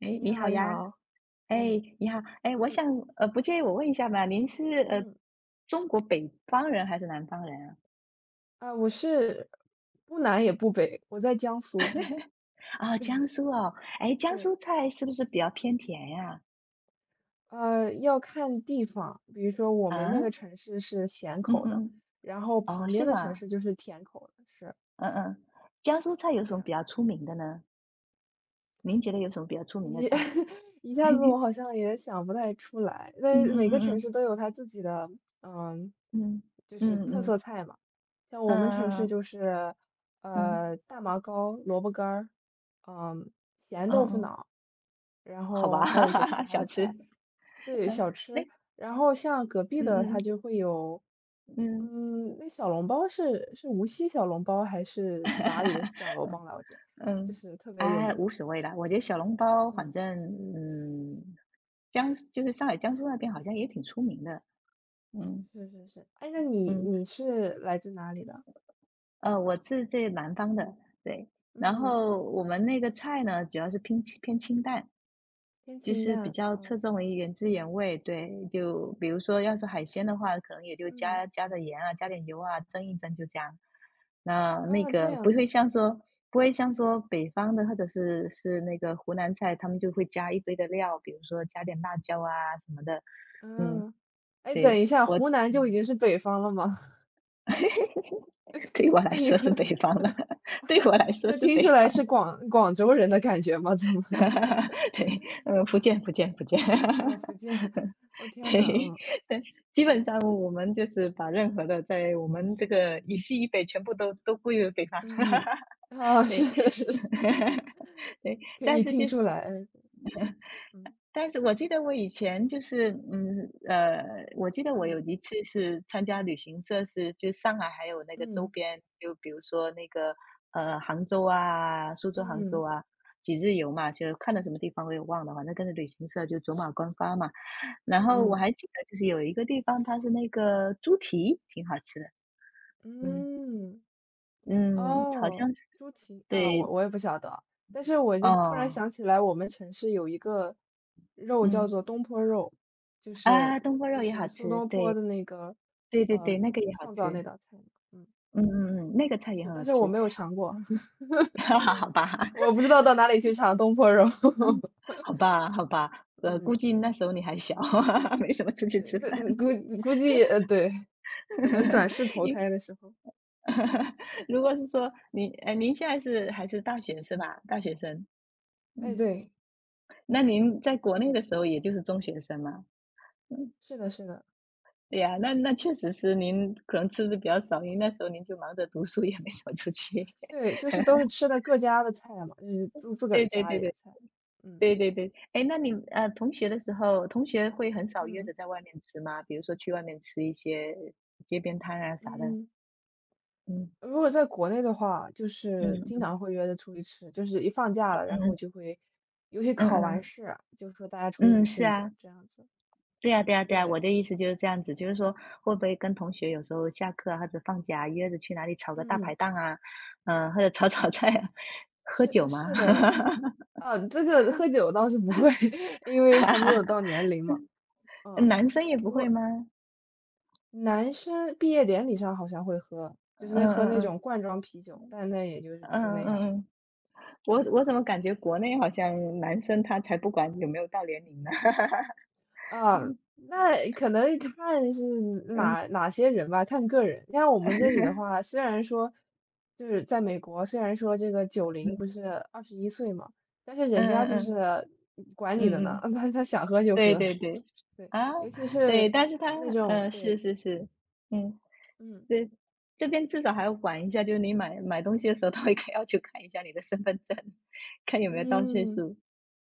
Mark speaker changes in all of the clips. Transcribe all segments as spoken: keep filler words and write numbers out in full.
Speaker 1: 哎，
Speaker 2: 你
Speaker 1: 你好
Speaker 2: 好，你
Speaker 1: 呀。
Speaker 2: 好。
Speaker 1: 哎，
Speaker 2: 嗯，
Speaker 1: 你好，哎，我想，
Speaker 2: 你
Speaker 1: 呃，不介意我问一下吧。您是呃，
Speaker 2: 嗯，
Speaker 1: 中国北方人还是南方人啊？
Speaker 2: 啊，我是不南也不北，我在江苏。
Speaker 1: 啊，
Speaker 2: 对
Speaker 1: 江苏哦，哎，江苏
Speaker 2: 对，
Speaker 1: 菜是不是比较偏甜呀？
Speaker 2: 呃，要看地方，比如说我们
Speaker 1: 啊，
Speaker 2: 那个城市是咸
Speaker 1: 嗯嗯
Speaker 2: 口的，
Speaker 1: 嗯，
Speaker 2: 然后
Speaker 1: 哦，
Speaker 2: 旁边
Speaker 1: 是
Speaker 2: 的城
Speaker 1: 吗？
Speaker 2: 市就是甜口的，是
Speaker 1: 嗯嗯，江苏菜
Speaker 2: 是
Speaker 1: 有
Speaker 2: 这
Speaker 1: 什么比
Speaker 2: 样。
Speaker 1: 较出名的呢？您觉得有什么比较出名的
Speaker 2: 你
Speaker 1: 菜？
Speaker 2: 一下子我好像也想不太出来，
Speaker 1: 嗯
Speaker 2: 但每个
Speaker 1: 嗯
Speaker 2: 城市
Speaker 1: 嗯
Speaker 2: 都有它自己的，嗯，
Speaker 1: 嗯
Speaker 2: 就是
Speaker 1: 嗯嗯
Speaker 2: 特
Speaker 1: 嗯
Speaker 2: 色菜嘛。像我们城市
Speaker 1: 嗯
Speaker 2: 就是，
Speaker 1: 嗯
Speaker 2: 呃，大麻糕、萝卜干儿，嗯，咸
Speaker 1: 嗯
Speaker 2: 豆腐
Speaker 1: 嗯，
Speaker 2: 脑，然
Speaker 1: 好
Speaker 2: 后
Speaker 1: 吧，
Speaker 2: 还有一些其 他
Speaker 1: 小
Speaker 2: 的
Speaker 1: 吃，
Speaker 2: 菜，对，
Speaker 1: 嗯，
Speaker 2: 小
Speaker 1: 那
Speaker 2: 吃。然后像隔壁的，
Speaker 1: 嗯
Speaker 2: 它
Speaker 1: 嗯
Speaker 2: 就会有，
Speaker 1: 嗯。
Speaker 2: 嗯，那小笼包是是无锡小笼包还是哪里 的小笼包来着？就
Speaker 1: 嗯，
Speaker 2: 是特别有
Speaker 1: 啊，
Speaker 2: 名。
Speaker 1: 无所谓啦，我觉得小笼包反
Speaker 2: 嗯。
Speaker 1: 正，嗯，江就是上海、江苏那边好像也挺出名的。嗯，
Speaker 2: 是是是，哎，那你
Speaker 1: 嗯，
Speaker 2: 你是来自哪里的？
Speaker 1: 呃，我是这南方的，对。然
Speaker 2: 嗯，
Speaker 1: 后我们那个菜呢，主要是偏清偏清淡，
Speaker 2: 天
Speaker 1: 就
Speaker 2: 清
Speaker 1: 是比
Speaker 2: 淡，
Speaker 1: 较
Speaker 2: 啊。
Speaker 1: 侧重于原汁原味，对，就比如说要是海鲜的话，可能也就
Speaker 2: 嗯。
Speaker 1: 加加点盐啊，加点油啊，蒸一蒸就这样。那那
Speaker 2: 啊，这
Speaker 1: 个不
Speaker 2: 样子
Speaker 1: 会
Speaker 2: 啊。
Speaker 1: 像说不会像说北方的或者是是那个湖南菜，他们就会加一堆的料，比如说加点辣椒啊什么的。嗯，
Speaker 2: 啊。哎，等
Speaker 1: 对，
Speaker 2: 一下，
Speaker 1: 我
Speaker 2: 湖南就已经是北方了吗？
Speaker 1: 对我 来
Speaker 2: 那你
Speaker 1: 说是
Speaker 2: 们
Speaker 1: 北方的，对我来说
Speaker 2: 那
Speaker 1: 是
Speaker 2: 听
Speaker 1: 北
Speaker 2: 出来
Speaker 1: 方。
Speaker 2: 是广广州人的感觉吗？怎么？
Speaker 1: 对，嗯，福建福建福建。
Speaker 2: 啊，福建。我天
Speaker 1: 对，
Speaker 2: 呐。啊，
Speaker 1: 对，基本
Speaker 2: 是。
Speaker 1: 上我们就是把任何的在我们这个以西以北全部都都归为北方。
Speaker 2: 嗯。啊，是
Speaker 1: 对，
Speaker 2: 是是，
Speaker 1: 对，
Speaker 2: 可
Speaker 1: 但
Speaker 2: 以
Speaker 1: 是
Speaker 2: 听
Speaker 1: 就是
Speaker 2: 出来。嗯
Speaker 1: 但是我记得我以前就是，嗯，呃，我记得我有
Speaker 2: 嗯
Speaker 1: 一次是参加旅行社是，就上海还有那个周
Speaker 2: 嗯
Speaker 1: 边，就比如说那个呃杭州啊、苏州、
Speaker 2: 嗯
Speaker 1: 杭州
Speaker 2: 嗯
Speaker 1: 啊，几日游嘛，就看到什么地方我也忘了，反正跟着旅行社就走马观花嘛。然
Speaker 2: 嗯
Speaker 1: 后
Speaker 2: 嗯
Speaker 1: 我
Speaker 2: 嗯。
Speaker 1: 还记得就是有一个地方，它是那个猪蹄，挺好吃的。嗯
Speaker 2: 嗯，
Speaker 1: 嗯，好像
Speaker 2: 哦，
Speaker 1: 是
Speaker 2: 猪蹄啊，
Speaker 1: 对
Speaker 2: 我我也不晓得，但是我就突然
Speaker 1: 哦，
Speaker 2: 想起来，我们城市有一个肉叫
Speaker 1: 嗯
Speaker 2: 做东坡肉，就是
Speaker 1: 啊，东坡
Speaker 2: 就
Speaker 1: 肉也好
Speaker 2: 是苏
Speaker 1: 吃，
Speaker 2: 东坡
Speaker 1: 对
Speaker 2: 的那个。
Speaker 1: 对对对，
Speaker 2: 嗯，
Speaker 1: 那个也好
Speaker 2: 创造那
Speaker 1: 吃。
Speaker 2: 道菜嘛。嗯，
Speaker 1: 嗯嗯嗯，那个菜也
Speaker 2: 是，
Speaker 1: 很好
Speaker 2: 但是我
Speaker 1: 吃，
Speaker 2: 没有尝过。
Speaker 1: 好吧，
Speaker 2: 我不 知道到哪里去尝东坡肉。
Speaker 1: 嗯，好吧，好吧，呃，估
Speaker 2: 嗯，
Speaker 1: 计那时候你还小，没什么出去
Speaker 2: 对，
Speaker 1: 吃饭。
Speaker 2: 嗯估估计呃对，可能转世 投
Speaker 1: 因
Speaker 2: 胎的时候。
Speaker 1: 如果是说您呃，您现在是还是大学是吧？大学生，
Speaker 2: 哎
Speaker 1: 嗯，
Speaker 2: 对。
Speaker 1: 那您在国内
Speaker 2: 嗯，
Speaker 1: 的时候也就是中学生嘛，嗯，
Speaker 2: 是的，是的。
Speaker 1: 对呀，那那确实是您可能吃的比较少，因为那时候您就忙着读书，也没怎么出去。
Speaker 2: 对，就是都是吃的各家的菜嘛，就是自自个
Speaker 1: 对
Speaker 2: 儿
Speaker 1: 对
Speaker 2: 家
Speaker 1: 对
Speaker 2: 里的
Speaker 1: 对。
Speaker 2: 菜。嗯
Speaker 1: 对对对，哎，那你呃，同学的时候，同学会很少约着
Speaker 2: 嗯。
Speaker 1: 在外面吃吗？比如说去外面吃一些街边摊啊啥的。
Speaker 2: 嗯，
Speaker 1: 嗯
Speaker 2: 如果在国内的话，就
Speaker 1: 嗯
Speaker 2: 是经
Speaker 1: 嗯
Speaker 2: 常会约着出去吃，就是一放假了，然后就会，尤其
Speaker 1: 嗯嗯
Speaker 2: 考完
Speaker 1: 嗯，
Speaker 2: 试啊，就说大家出去
Speaker 1: 嗯，是
Speaker 2: 吃一
Speaker 1: 啊，
Speaker 2: 顿这样子。
Speaker 1: 对呀对呀对呀，
Speaker 2: 对。
Speaker 1: 我的意思就是这样子，就是说会不会跟同学有时候下课啊或者放假啊约着去哪里炒个大排
Speaker 2: 嗯，
Speaker 1: 档啊，呃，或者炒炒菜啊喝
Speaker 2: 是
Speaker 1: 酒吗？
Speaker 2: 是的，啊，这个喝酒倒是不会。因为还没有到年龄嘛。嗯，
Speaker 1: 男生也不
Speaker 2: 不
Speaker 1: 会
Speaker 2: 过
Speaker 1: 吗？
Speaker 2: 男生毕业典礼上好像会喝，就
Speaker 1: 嗯
Speaker 2: 是那
Speaker 1: 嗯
Speaker 2: 喝那
Speaker 1: 嗯
Speaker 2: 种罐装啤酒，但那也就是就
Speaker 1: 嗯
Speaker 2: 那
Speaker 1: 嗯
Speaker 2: 样。
Speaker 1: 嗯，我
Speaker 2: 对。
Speaker 1: 我怎么感觉国内好像男生他才不管有没有到年龄呢？
Speaker 2: 啊，那可能看是哪哪些人吧，看个人。像我们这里的话，虽然说就是在美国，虽然说这个九零不是二十一岁嘛，但是人
Speaker 1: 嗯
Speaker 2: 家
Speaker 1: 嗯
Speaker 2: 就
Speaker 1: 嗯，
Speaker 2: 是管你的
Speaker 1: 嗯
Speaker 2: 呢，
Speaker 1: 嗯，
Speaker 2: 他他想喝就
Speaker 1: 对
Speaker 2: 喝。
Speaker 1: 对对，
Speaker 2: 对，
Speaker 1: 啊，
Speaker 2: 尤其
Speaker 1: 对，
Speaker 2: 是
Speaker 1: 但是他
Speaker 2: 那种
Speaker 1: 呃，是
Speaker 2: 对。
Speaker 1: 是是，嗯，
Speaker 2: 嗯
Speaker 1: 对，这边至少还要管一下，就是你买买东西的时候，他应该要去看一下你的身份证，看有没有盗窃
Speaker 2: 嗯。
Speaker 1: 数。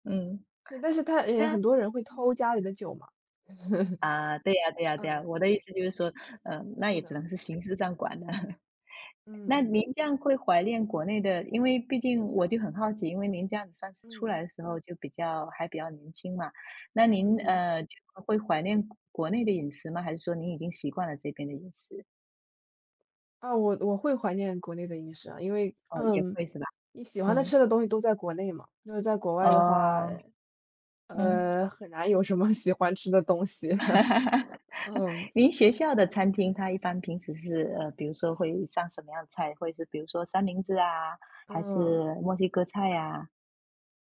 Speaker 1: 嗯，
Speaker 2: 是，但是他也
Speaker 1: 那
Speaker 2: 很多人会偷家里的酒嘛。
Speaker 1: 啊，对呀对呀对呀，
Speaker 2: 嗯，
Speaker 1: 我的意
Speaker 2: 对，
Speaker 1: 思就是说，嗯，那也
Speaker 2: 是
Speaker 1: 只
Speaker 2: 的。
Speaker 1: 能是形式上管了。
Speaker 2: 嗯
Speaker 1: 那您
Speaker 2: 嗯
Speaker 1: 这样会怀念国内的，因为毕竟我就很好奇，因为您这样子算是出
Speaker 2: 嗯
Speaker 1: 来的时候就比较还比较年轻嘛，那您
Speaker 2: 嗯。
Speaker 1: 呃就会怀念国国内的饮食吗？还是说您已经习惯了这边的饮食？
Speaker 2: 啊，我我会怀念国内的饮食啊，因为
Speaker 1: 哦，也
Speaker 2: 嗯，
Speaker 1: 会是吧？
Speaker 2: 你喜欢的
Speaker 1: 嗯，
Speaker 2: 吃的东西都在国内嘛，就是在国外的话，
Speaker 1: 哦，嗯，
Speaker 2: 呃，很难有什么 喜欢吃的东西。嗯，
Speaker 1: 您学校的餐厅
Speaker 2: 对。
Speaker 1: 它一般平时是呃，比如说会上什么样的菜？会是比如说三明治啊，还是
Speaker 2: 嗯。
Speaker 1: 墨西哥菜呀、啊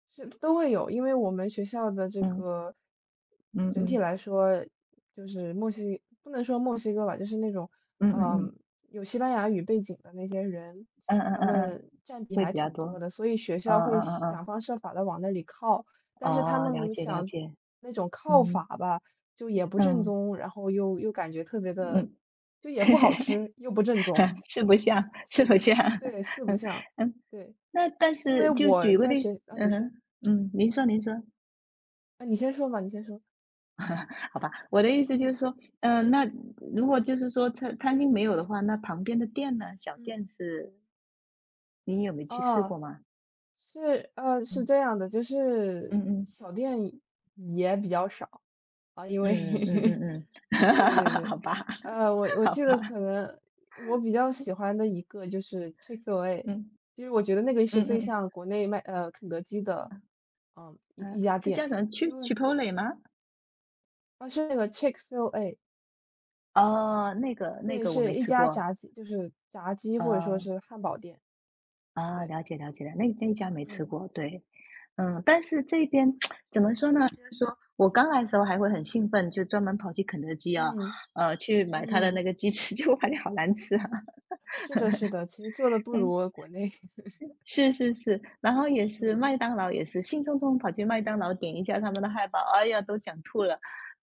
Speaker 2: 是都会有，因为我们学校的这
Speaker 1: 嗯
Speaker 2: 个
Speaker 1: 嗯嗯
Speaker 2: 整体
Speaker 1: 嗯
Speaker 2: 来说，就是墨西，不能说墨西哥吧，就是那种，
Speaker 1: 嗯
Speaker 2: 嗯，
Speaker 1: 嗯
Speaker 2: 有西班牙语背景的那些人，
Speaker 1: 嗯嗯
Speaker 2: 他
Speaker 1: 嗯嗯，
Speaker 2: 们占比
Speaker 1: 会
Speaker 2: 还
Speaker 1: 比较
Speaker 2: 挺多
Speaker 1: 多。
Speaker 2: 的，所以学
Speaker 1: 嗯
Speaker 2: 校会
Speaker 1: 嗯嗯嗯，
Speaker 2: 想方设法的往那里靠，但是他
Speaker 1: 哦，了
Speaker 2: 们
Speaker 1: 解了
Speaker 2: 想
Speaker 1: 解，
Speaker 2: 那种靠
Speaker 1: 嗯
Speaker 2: 法吧，就也不正
Speaker 1: 嗯
Speaker 2: 宗，然后又又感觉特别的，
Speaker 1: 嗯，
Speaker 2: 就也不好 吃，又不正宗。
Speaker 1: 是不像 是
Speaker 2: 是
Speaker 1: 不
Speaker 2: 的，
Speaker 1: 像，
Speaker 2: 对，四不
Speaker 1: 嗯
Speaker 2: 像，
Speaker 1: 嗯，
Speaker 2: 对，
Speaker 1: 那但
Speaker 2: 因
Speaker 1: 是
Speaker 2: 为
Speaker 1: 就
Speaker 2: 我
Speaker 1: 举个
Speaker 2: 在
Speaker 1: 例，
Speaker 2: 学，啊，
Speaker 1: 嗯
Speaker 2: 你
Speaker 1: 哼，
Speaker 2: 说。
Speaker 1: 嗯，您说您说，
Speaker 2: 啊，你先说嘛，你先说。
Speaker 1: 好吧，我的意思就是
Speaker 2: 嗯
Speaker 1: 说，嗯，那如果就是说餐餐厅没有的话，那旁边的店呢，小
Speaker 2: 嗯，
Speaker 1: 店是，你有没有去试过
Speaker 2: 哦，
Speaker 1: 吗？
Speaker 2: 是，呃，是
Speaker 1: 嗯
Speaker 2: 这样的，就
Speaker 1: 嗯
Speaker 2: 是
Speaker 1: 嗯
Speaker 2: 小店也比较少啊，因为
Speaker 1: 嗯嗯 嗯嗯，
Speaker 2: 对对 对，
Speaker 1: 好吧
Speaker 2: 呃，我 我
Speaker 1: 好
Speaker 2: 记得
Speaker 1: 吧，
Speaker 2: 可能我比较喜欢的一个就是 Chick-fil-A，
Speaker 1: 嗯
Speaker 2: 就是我觉得那个是
Speaker 1: 嗯
Speaker 2: 最
Speaker 1: 嗯，
Speaker 2: 像国内卖呃肯德基的，嗯，一
Speaker 1: 啊，
Speaker 2: 一家
Speaker 1: 是
Speaker 2: 店，
Speaker 1: 叫什么去 c
Speaker 2: 因
Speaker 1: h i
Speaker 2: 为
Speaker 1: p o l e 吗？
Speaker 2: 啊是那个 Chick-fil-A，
Speaker 1: 哦，那个那
Speaker 2: 对，
Speaker 1: 个我没
Speaker 2: 是一
Speaker 1: 吃
Speaker 2: 家
Speaker 1: 过，
Speaker 2: 炸鸡，就是炸鸡或者说
Speaker 1: 呃
Speaker 2: 是汉堡店，
Speaker 1: 啊，
Speaker 2: 对。
Speaker 1: 了解了解了，那那家没吃
Speaker 2: 嗯
Speaker 1: 过，对。嗯，但是这边 怎么说呢，就是说我刚来的时候还会很兴奋，就专门跑去肯德基啊，
Speaker 2: 嗯
Speaker 1: 呃，去买他的
Speaker 2: 嗯。
Speaker 1: 那个鸡翅，结果发现好难吃啊。
Speaker 2: 是的，是的，其实做的 不
Speaker 1: 嗯。
Speaker 2: 如国内。
Speaker 1: 是是是，然后也是麦
Speaker 2: 嗯，
Speaker 1: 当劳也是兴冲冲跑去麦当劳点一下他们的汉堡，哎呀，都想吐了。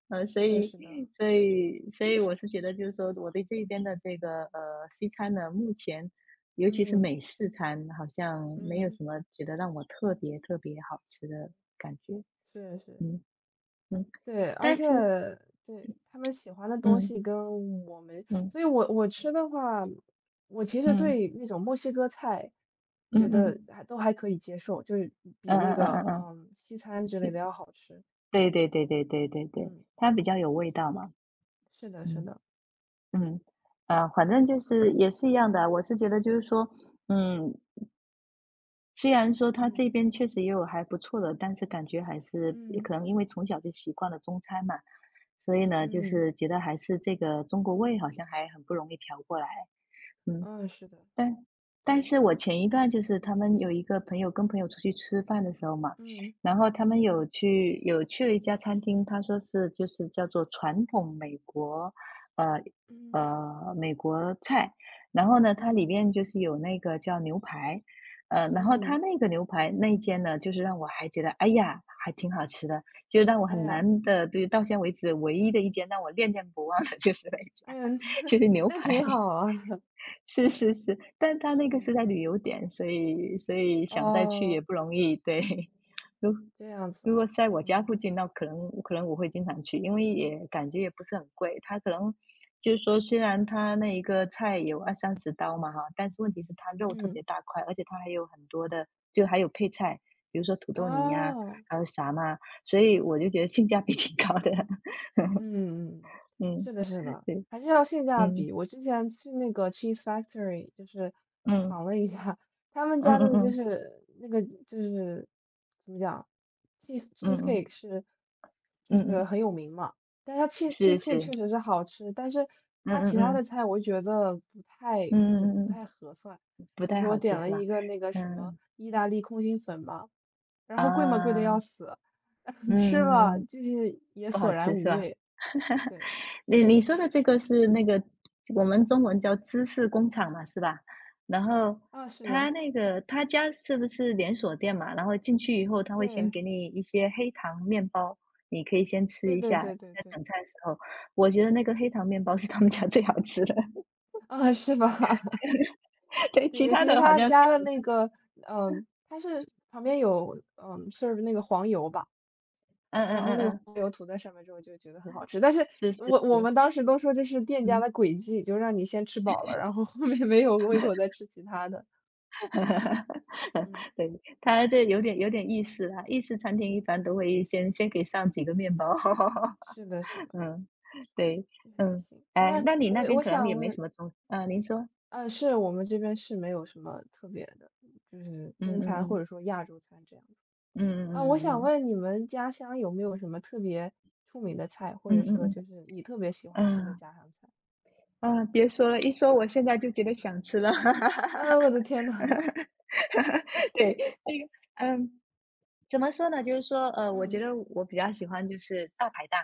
Speaker 1: 呃，所
Speaker 2: 是的，
Speaker 1: 以
Speaker 2: 是的，
Speaker 1: 所以所以我是觉得就是说我对这边的这个，呃，西餐呢，目前尤其是
Speaker 2: 嗯
Speaker 1: 美式餐，好像没有
Speaker 2: 嗯，
Speaker 1: 什么觉得让我特别特别好吃的感觉。
Speaker 2: 是是，
Speaker 1: 嗯嗯，
Speaker 2: 对，而
Speaker 1: 但
Speaker 2: 且
Speaker 1: 是
Speaker 2: 对他们喜欢的东
Speaker 1: 嗯
Speaker 2: 西跟我们，
Speaker 1: 嗯
Speaker 2: 所以我我吃的话，我其实
Speaker 1: 嗯
Speaker 2: 对那种墨西哥菜
Speaker 1: 嗯
Speaker 2: 觉
Speaker 1: 嗯，
Speaker 2: 得
Speaker 1: 嗯
Speaker 2: 还都还可以接受，就是
Speaker 1: 嗯
Speaker 2: 比那
Speaker 1: 嗯
Speaker 2: 个
Speaker 1: 嗯嗯，
Speaker 2: 嗯西餐之类
Speaker 1: 是，
Speaker 2: 的要好吃。
Speaker 1: 对对对对对对对，
Speaker 2: 嗯，
Speaker 1: 它比较有味道嘛，
Speaker 2: 是的，是
Speaker 1: 嗯。
Speaker 2: 的。
Speaker 1: 嗯，
Speaker 2: 嗯
Speaker 1: 呃，反正就是也是一样的啊我是觉得就是说，嗯，虽然说他这
Speaker 2: 嗯
Speaker 1: 边确实也有还不错的，但是感觉还是
Speaker 2: 嗯
Speaker 1: 可能因为从小就习惯了中餐嘛，所以呢，就
Speaker 2: 嗯
Speaker 1: 是觉得还是这个中国味好像还很不容易调过来，嗯。
Speaker 2: 嗯，是的，
Speaker 1: 但但
Speaker 2: 对，
Speaker 1: 是我前一段就是他们有一个朋友跟朋友出去吃饭的时候嘛，
Speaker 2: 嗯
Speaker 1: 然后他们有去有去了一家餐厅，他说是就是叫做传统美国，呃
Speaker 2: 嗯
Speaker 1: 呃美国菜，然后呢，它里
Speaker 2: 嗯
Speaker 1: 面就是有那个叫牛排，呃，然后它
Speaker 2: 嗯，
Speaker 1: 那个牛排那一间呢，就是让我还觉得哎呀还挺好吃的，就让我
Speaker 2: 哎
Speaker 1: 很
Speaker 2: 呀。
Speaker 1: 难的，对，到现在为止唯一的一间让我念念不忘的就是那一家，
Speaker 2: 哎呀，
Speaker 1: 就 是牛
Speaker 2: 那
Speaker 1: 排。
Speaker 2: 挺好啊。
Speaker 1: 是
Speaker 2: 对，
Speaker 1: 是是，但他那个是
Speaker 2: 嗯，
Speaker 1: 在旅游点，所以所以想再去也
Speaker 2: 哦，
Speaker 1: 不容易，对。如
Speaker 2: 这样子
Speaker 1: 如
Speaker 2: 啊，
Speaker 1: 果是在我家
Speaker 2: 嗯
Speaker 1: 附近，那可能可能我会经常去，因为也感觉也不是很贵。它可能就是说，虽然它那一个菜有二三十刀嘛哈，但是问题是它肉特
Speaker 2: 嗯，
Speaker 1: 别大块，而且它还有很多的，就还有配菜，比如说土豆泥呀，
Speaker 2: 哦。
Speaker 1: 还有啥嘛，所以我就觉得性价比挺高的。
Speaker 2: 嗯，
Speaker 1: 嗯，
Speaker 2: 是的，是的，
Speaker 1: 对，
Speaker 2: 还是要性价
Speaker 1: 嗯
Speaker 2: 比。我之前去那个 Cheese Factory，就是
Speaker 1: 嗯
Speaker 2: 尝了一下他们
Speaker 1: 嗯
Speaker 2: 家
Speaker 1: 嗯嗯
Speaker 2: 的，就
Speaker 1: 嗯
Speaker 2: 是那个就是怎么讲，cheese
Speaker 1: 嗯嗯
Speaker 2: cheesecake 是就
Speaker 1: 嗯，嗯
Speaker 2: 是很有名嘛，但是它 cheese
Speaker 1: 是
Speaker 2: cheesecake
Speaker 1: 是。
Speaker 2: 确实是好吃，但是
Speaker 1: 嗯
Speaker 2: 它
Speaker 1: 嗯
Speaker 2: 其他的
Speaker 1: 嗯，
Speaker 2: 菜我觉得不
Speaker 1: 嗯
Speaker 2: 太就
Speaker 1: 嗯
Speaker 2: 是
Speaker 1: 嗯嗯嗯
Speaker 2: 不太
Speaker 1: 嗯
Speaker 2: 合算。
Speaker 1: 不
Speaker 2: 比如
Speaker 1: 太
Speaker 2: 说我
Speaker 1: 好吃
Speaker 2: 点
Speaker 1: 是
Speaker 2: 了
Speaker 1: 吧？
Speaker 2: 一个那个什么
Speaker 1: 嗯，
Speaker 2: 意大利空心粉嘛，然后贵嘛贵的
Speaker 1: 啊，
Speaker 2: 要死。吃
Speaker 1: 嗯嗯
Speaker 2: 了
Speaker 1: 嗯，
Speaker 2: 就是也
Speaker 1: 不好
Speaker 2: 索
Speaker 1: 吃
Speaker 2: 然
Speaker 1: 是
Speaker 2: 无
Speaker 1: 吧？
Speaker 2: 味。对。
Speaker 1: 你你说的这个是那个我们中文叫芝士工厂嘛，是吧？然后
Speaker 2: 啊，是
Speaker 1: 他
Speaker 2: 的，
Speaker 1: 那个他家是不是连锁店嘛？然后进去以后，他会先
Speaker 2: 对，
Speaker 1: 给你一些黑糖面包，你可以先吃
Speaker 2: 对
Speaker 1: 一
Speaker 2: 对
Speaker 1: 下，
Speaker 2: 对对
Speaker 1: 在
Speaker 2: 对，
Speaker 1: 等菜的时候，我觉得那个黑糖面包是他们家最好吃的，
Speaker 2: 啊，是吧？
Speaker 1: 对，
Speaker 2: 对，
Speaker 1: 其
Speaker 2: 尤
Speaker 1: 他
Speaker 2: 其是
Speaker 1: 的好
Speaker 2: 他
Speaker 1: 像，
Speaker 2: 加了那个，嗯，他是旁边有，嗯，serve 那个黄油吧，
Speaker 1: 嗯嗯
Speaker 2: 然后
Speaker 1: 嗯
Speaker 2: 那个
Speaker 1: 嗯，
Speaker 2: 黄油涂在上面之后就觉得很好吃，但是
Speaker 1: 是是
Speaker 2: 我我
Speaker 1: 是，
Speaker 2: 们当时都说这是店家
Speaker 1: 嗯。
Speaker 2: 的诡计，就让你先吃饱了，然后后面没有胃口再吃其他的。嗯，
Speaker 1: 对，他这有点有点意思啦，意式餐厅一般都会先先给上几个面包。
Speaker 2: 是的，是 的，
Speaker 1: 嗯，对，
Speaker 2: 还
Speaker 1: 嗯，
Speaker 2: 行。
Speaker 1: 哎，
Speaker 2: 那
Speaker 1: 那你那
Speaker 2: 我
Speaker 1: 边
Speaker 2: 我
Speaker 1: 可能也
Speaker 2: 想
Speaker 1: 没什
Speaker 2: 问，
Speaker 1: 么中啊，您说，
Speaker 2: 啊，是我们这边是没有什么特别的，就是
Speaker 1: 嗯
Speaker 2: 中
Speaker 1: 嗯
Speaker 2: 餐或
Speaker 1: 嗯
Speaker 2: 者说亚洲餐这样。啊，我
Speaker 1: 嗯
Speaker 2: 想
Speaker 1: 嗯
Speaker 2: 问你们家乡有没有什么特别出名的菜，或
Speaker 1: 嗯
Speaker 2: 者
Speaker 1: 嗯
Speaker 2: 说
Speaker 1: 嗯
Speaker 2: 就是你特别喜欢
Speaker 1: 嗯，
Speaker 2: 吃的
Speaker 1: 啊
Speaker 2: 家乡菜？
Speaker 1: 啊，别说了，一说我现在就觉得想吃了。
Speaker 2: 啊，我的天呐。
Speaker 1: 对，那个嗯。怎么说呢？就是说，呃，我觉
Speaker 2: 嗯，
Speaker 1: 得我比较喜欢就是大排档，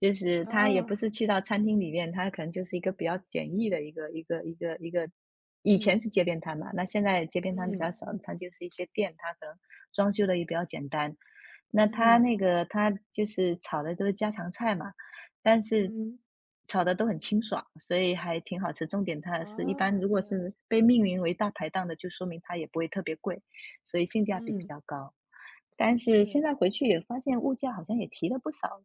Speaker 1: 就是它也
Speaker 2: 啊，
Speaker 1: 不是去到餐厅里面，它可能就是一个比较简易的一个一个一个一个，以前
Speaker 2: 嗯
Speaker 1: 是街边摊嘛，那现在街边摊比较
Speaker 2: 嗯
Speaker 1: 少，它就是一些店，它可能装修的也比较简单。那它
Speaker 2: 嗯
Speaker 1: 那个它就是炒的都是家常菜嘛，但是
Speaker 2: 嗯，
Speaker 1: 炒的都很清爽，所以还挺好吃。重点它是一般如
Speaker 2: 哦，
Speaker 1: 果
Speaker 2: 这样
Speaker 1: 是
Speaker 2: 子，
Speaker 1: 被命名为大排档的，就说明它也不会特别贵。所以性价比比
Speaker 2: 嗯，
Speaker 1: 较高。但是现
Speaker 2: 是，
Speaker 1: 在回去也发现物价好像也提了不少，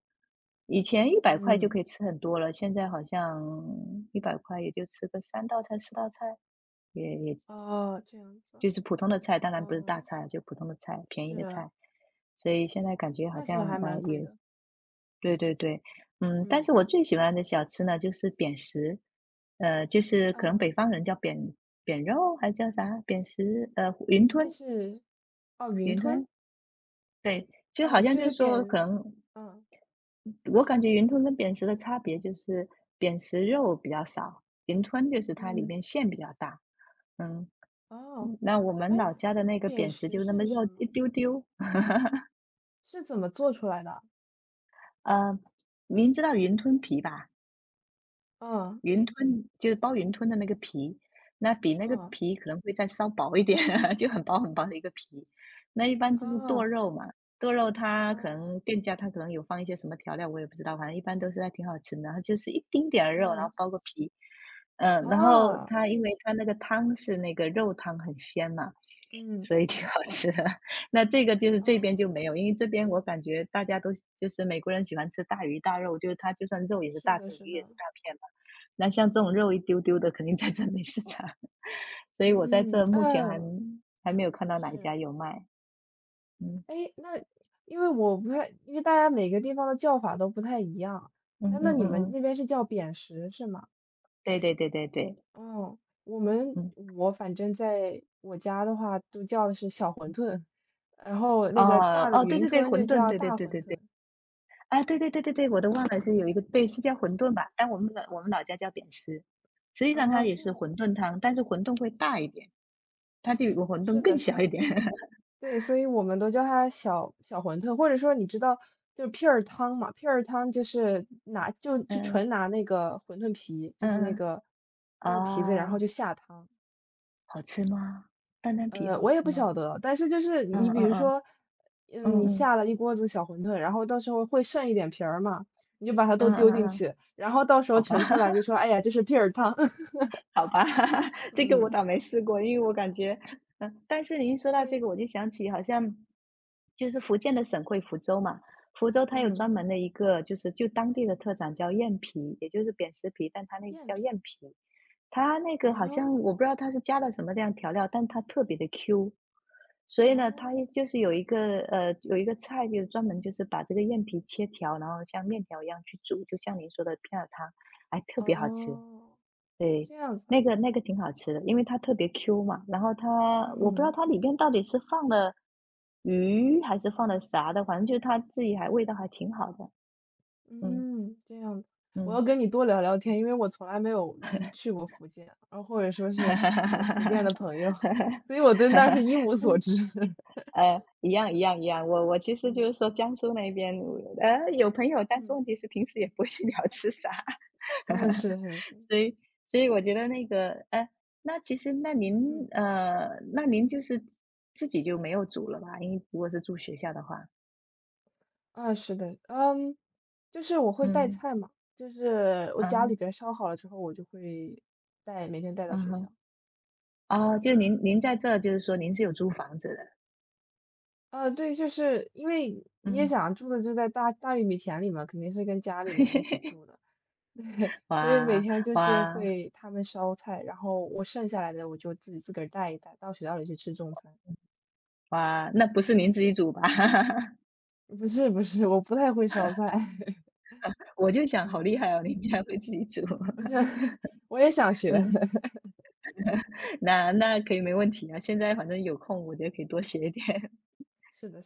Speaker 1: 以前一百块就可
Speaker 2: 嗯，
Speaker 1: 以吃很多了，现在好像一百块也就吃个三道菜、四道菜，也也
Speaker 2: 哦，这样子，
Speaker 1: 就是普通的菜，当然不是大
Speaker 2: 哦，
Speaker 1: 菜啊，就普通的菜，便宜的
Speaker 2: 是，
Speaker 1: 菜。所以现在感觉好
Speaker 2: 那是
Speaker 1: 像
Speaker 2: 还
Speaker 1: 呃
Speaker 2: 蛮贵
Speaker 1: 也
Speaker 2: 的，
Speaker 1: 对对对。嗯，但
Speaker 2: 嗯，
Speaker 1: 是我最喜欢的小吃呢就是扁食，呃，就是可能
Speaker 2: 啊，
Speaker 1: 北方人叫扁扁肉还是叫啥扁食，呃，云
Speaker 2: 那
Speaker 1: 吞
Speaker 2: 是，哦，云
Speaker 1: 云吞，
Speaker 2: 吞，
Speaker 1: 对，就好
Speaker 2: 嗯，
Speaker 1: 像
Speaker 2: 就
Speaker 1: 就
Speaker 2: 是
Speaker 1: 是说，可
Speaker 2: 扁，
Speaker 1: 能
Speaker 2: 嗯
Speaker 1: 我感觉云吞跟扁食的差别就是，扁食肉比较少，云吞就是它里
Speaker 2: 嗯，
Speaker 1: 面馅比较大。嗯，
Speaker 2: 哦，
Speaker 1: 那我们
Speaker 2: 哎，
Speaker 1: 老家的那个
Speaker 2: 扁
Speaker 1: 扁食
Speaker 2: 食
Speaker 1: 就那么
Speaker 2: 是
Speaker 1: 肉
Speaker 2: 什么？
Speaker 1: 一丢丢。
Speaker 2: 是怎么做出来的？
Speaker 1: 呃，您知道云吞皮吧？
Speaker 2: 嗯，
Speaker 1: 云吞就是包云吞的那个皮，那比那个
Speaker 2: 嗯，
Speaker 1: 皮可能会再稍薄一点啊，就很薄很薄的一个皮。那一般就是剁
Speaker 2: 啊，
Speaker 1: 肉嘛，剁肉它可
Speaker 2: 嗯，
Speaker 1: 能店家它可能有放一些什么调料，我也不知道，反正一般都是还挺好吃的。然后就是一丁点儿肉，然后
Speaker 2: 嗯，
Speaker 1: 包个皮，嗯，然后
Speaker 2: 啊，
Speaker 1: 它因为它那个汤是那个肉汤很鲜嘛，
Speaker 2: 嗯，
Speaker 1: 所以挺好吃的。那这个就是
Speaker 2: 啊，
Speaker 1: 这边就没有，因为这边我感觉大家都喜就是美国人喜欢吃大鱼大肉，就是他就算肉也是
Speaker 2: 是
Speaker 1: 大
Speaker 2: 的
Speaker 1: 片，
Speaker 2: 是
Speaker 1: 鱼也是
Speaker 2: 的，
Speaker 1: 大片嘛。那像这种肉一丢丢的，肯定在这没市场。所以我在
Speaker 2: 嗯，
Speaker 1: 这目前还
Speaker 2: 哦，
Speaker 1: 还没有看到哪一
Speaker 2: 是。
Speaker 1: 家有卖。嗯
Speaker 2: 诶，那因为我不太因为大家每个地方的叫法都不太一样，
Speaker 1: 嗯
Speaker 2: 诶，那
Speaker 1: 嗯嗯
Speaker 2: 你们
Speaker 1: 嗯，
Speaker 2: 那边是叫扁食是吗？
Speaker 1: 对对对对对。
Speaker 2: 哦，我们
Speaker 1: 嗯，
Speaker 2: 我反正在我家的话都叫的是小馄饨，然后那个
Speaker 1: 哦
Speaker 2: 大的
Speaker 1: 哦，对
Speaker 2: 云
Speaker 1: 对对，
Speaker 2: 吞就
Speaker 1: 馄饨，
Speaker 2: 叫
Speaker 1: 对对
Speaker 2: 大
Speaker 1: 对
Speaker 2: 馄
Speaker 1: 对对。
Speaker 2: 饨。
Speaker 1: 啊，对对对对对，我都忘了是有一个，对，
Speaker 2: 对。
Speaker 1: 是叫馄饨吧？但我们老我们老家叫扁食，实际上它
Speaker 2: 哦，
Speaker 1: 也
Speaker 2: 这
Speaker 1: 是
Speaker 2: 样
Speaker 1: 馄
Speaker 2: 子。
Speaker 1: 饨汤，但是馄饨会大一点。它就比馄饨
Speaker 2: 是的
Speaker 1: 更
Speaker 2: 是
Speaker 1: 小
Speaker 2: 的。
Speaker 1: 一点。
Speaker 2: 对，所以我们都叫它小小馄饨，或者说你知道，就是皮儿汤嘛，皮儿汤就是拿就就
Speaker 1: 嗯，
Speaker 2: 纯拿那个馄饨皮，就是
Speaker 1: 嗯
Speaker 2: 那
Speaker 1: 嗯。
Speaker 2: 个那个皮子，然后
Speaker 1: 啊，
Speaker 2: 就下汤。
Speaker 1: 好吃吗？蛋蛋皮
Speaker 2: 呃，
Speaker 1: 好
Speaker 2: 我也
Speaker 1: 吃
Speaker 2: 不
Speaker 1: 吗？
Speaker 2: 晓得，但是就是
Speaker 1: 嗯
Speaker 2: 你比
Speaker 1: 嗯
Speaker 2: 如
Speaker 1: 嗯，
Speaker 2: 说，嗯，
Speaker 1: 嗯
Speaker 2: 你
Speaker 1: 嗯，
Speaker 2: 下了一锅子小馄饨，然后到时候会剩一点皮儿嘛，你就把它都
Speaker 1: 嗯嗯
Speaker 2: 丢进
Speaker 1: 嗯，
Speaker 2: 去，然后到时
Speaker 1: 好
Speaker 2: 候
Speaker 1: 吧
Speaker 2: 盛出来就说，哎呀，这是皮儿汤。
Speaker 1: 好吧，这个我
Speaker 2: 嗯，
Speaker 1: 倒没试过，因为我感觉嗯，但是您说到这
Speaker 2: 对，
Speaker 1: 个我就想起好像就是福建的省会福州嘛，福州它有专
Speaker 2: 嗯，
Speaker 1: 门的一个就是就当地的特产叫燕皮，也就是扁食皮，但它那个
Speaker 2: 燕
Speaker 1: 叫燕
Speaker 2: 皮。
Speaker 1: 皮。它那个好
Speaker 2: 哦
Speaker 1: 像我不知道它是加了什么这样调料，但它特别的 Q。所以呢，它
Speaker 2: 哦
Speaker 1: 就是有一个呃，有一个菜就是专门就是把这个燕皮切条，然后像面条一样去煮，就像您说的片儿汤，哎，特别好吃。
Speaker 2: 哦，
Speaker 1: 对，
Speaker 2: 这样子
Speaker 1: 那
Speaker 2: 啊。
Speaker 1: 个那个挺好吃的，因为它特别 Q 嘛。然后它，我不知道
Speaker 2: 嗯。
Speaker 1: 它里面到底是放了鱼还是放了啥的，反正就是它自己还味道还挺好的。嗯
Speaker 2: 嗯，这样的我要
Speaker 1: 嗯，
Speaker 2: 跟你多聊聊天，因为我从来没有就是去过福建，然后或者说是有福建的朋 友。所以我对那儿是一无所
Speaker 1: 嗯，
Speaker 2: 知。
Speaker 1: 呃，一样一样一样，我我其实就
Speaker 2: 嗯
Speaker 1: 是说江苏那边，呃，有朋友，但是
Speaker 2: 嗯
Speaker 1: 问题是平时也不会去聊吃啥，
Speaker 2: 嗯，是是 是，
Speaker 1: 所以所以我觉得那个，呃，那其实那您，
Speaker 2: 嗯，
Speaker 1: 呃，那您就是自己就没有煮了吧？因为如果是住学校的话，
Speaker 2: 啊，是的。嗯，就是我会带
Speaker 1: 嗯，
Speaker 2: 菜嘛，就是我
Speaker 1: 嗯
Speaker 2: 家里
Speaker 1: 哼，
Speaker 2: 边烧好了之后，我就会带，每天带到
Speaker 1: 嗯
Speaker 2: 学
Speaker 1: 哼，
Speaker 2: 校。
Speaker 1: 哦，就
Speaker 2: 对，
Speaker 1: 您您在这，就是说您是有租房子的，
Speaker 2: 啊对，就是因为你也
Speaker 1: 嗯，
Speaker 2: 想住的就在大大玉米田里嘛，肯定是跟家里面一起 住的。对，所以每
Speaker 1: 哇
Speaker 2: 天就是
Speaker 1: 哇
Speaker 2: 会他们烧菜，然后我剩下来的我就自己自个儿带一带，到学校里去吃中餐。
Speaker 1: 哇，那不是您自己煮吧？
Speaker 2: 不是不是，我不太会烧菜。
Speaker 1: 我就 想好
Speaker 2: 嗯，
Speaker 1: 厉害哦，您竟然会自己煮，
Speaker 2: 我想 我也想学。
Speaker 1: 嗯。那那可以没问题啊。现在反正有空，我觉得可以多学一点。
Speaker 2: 是的，是的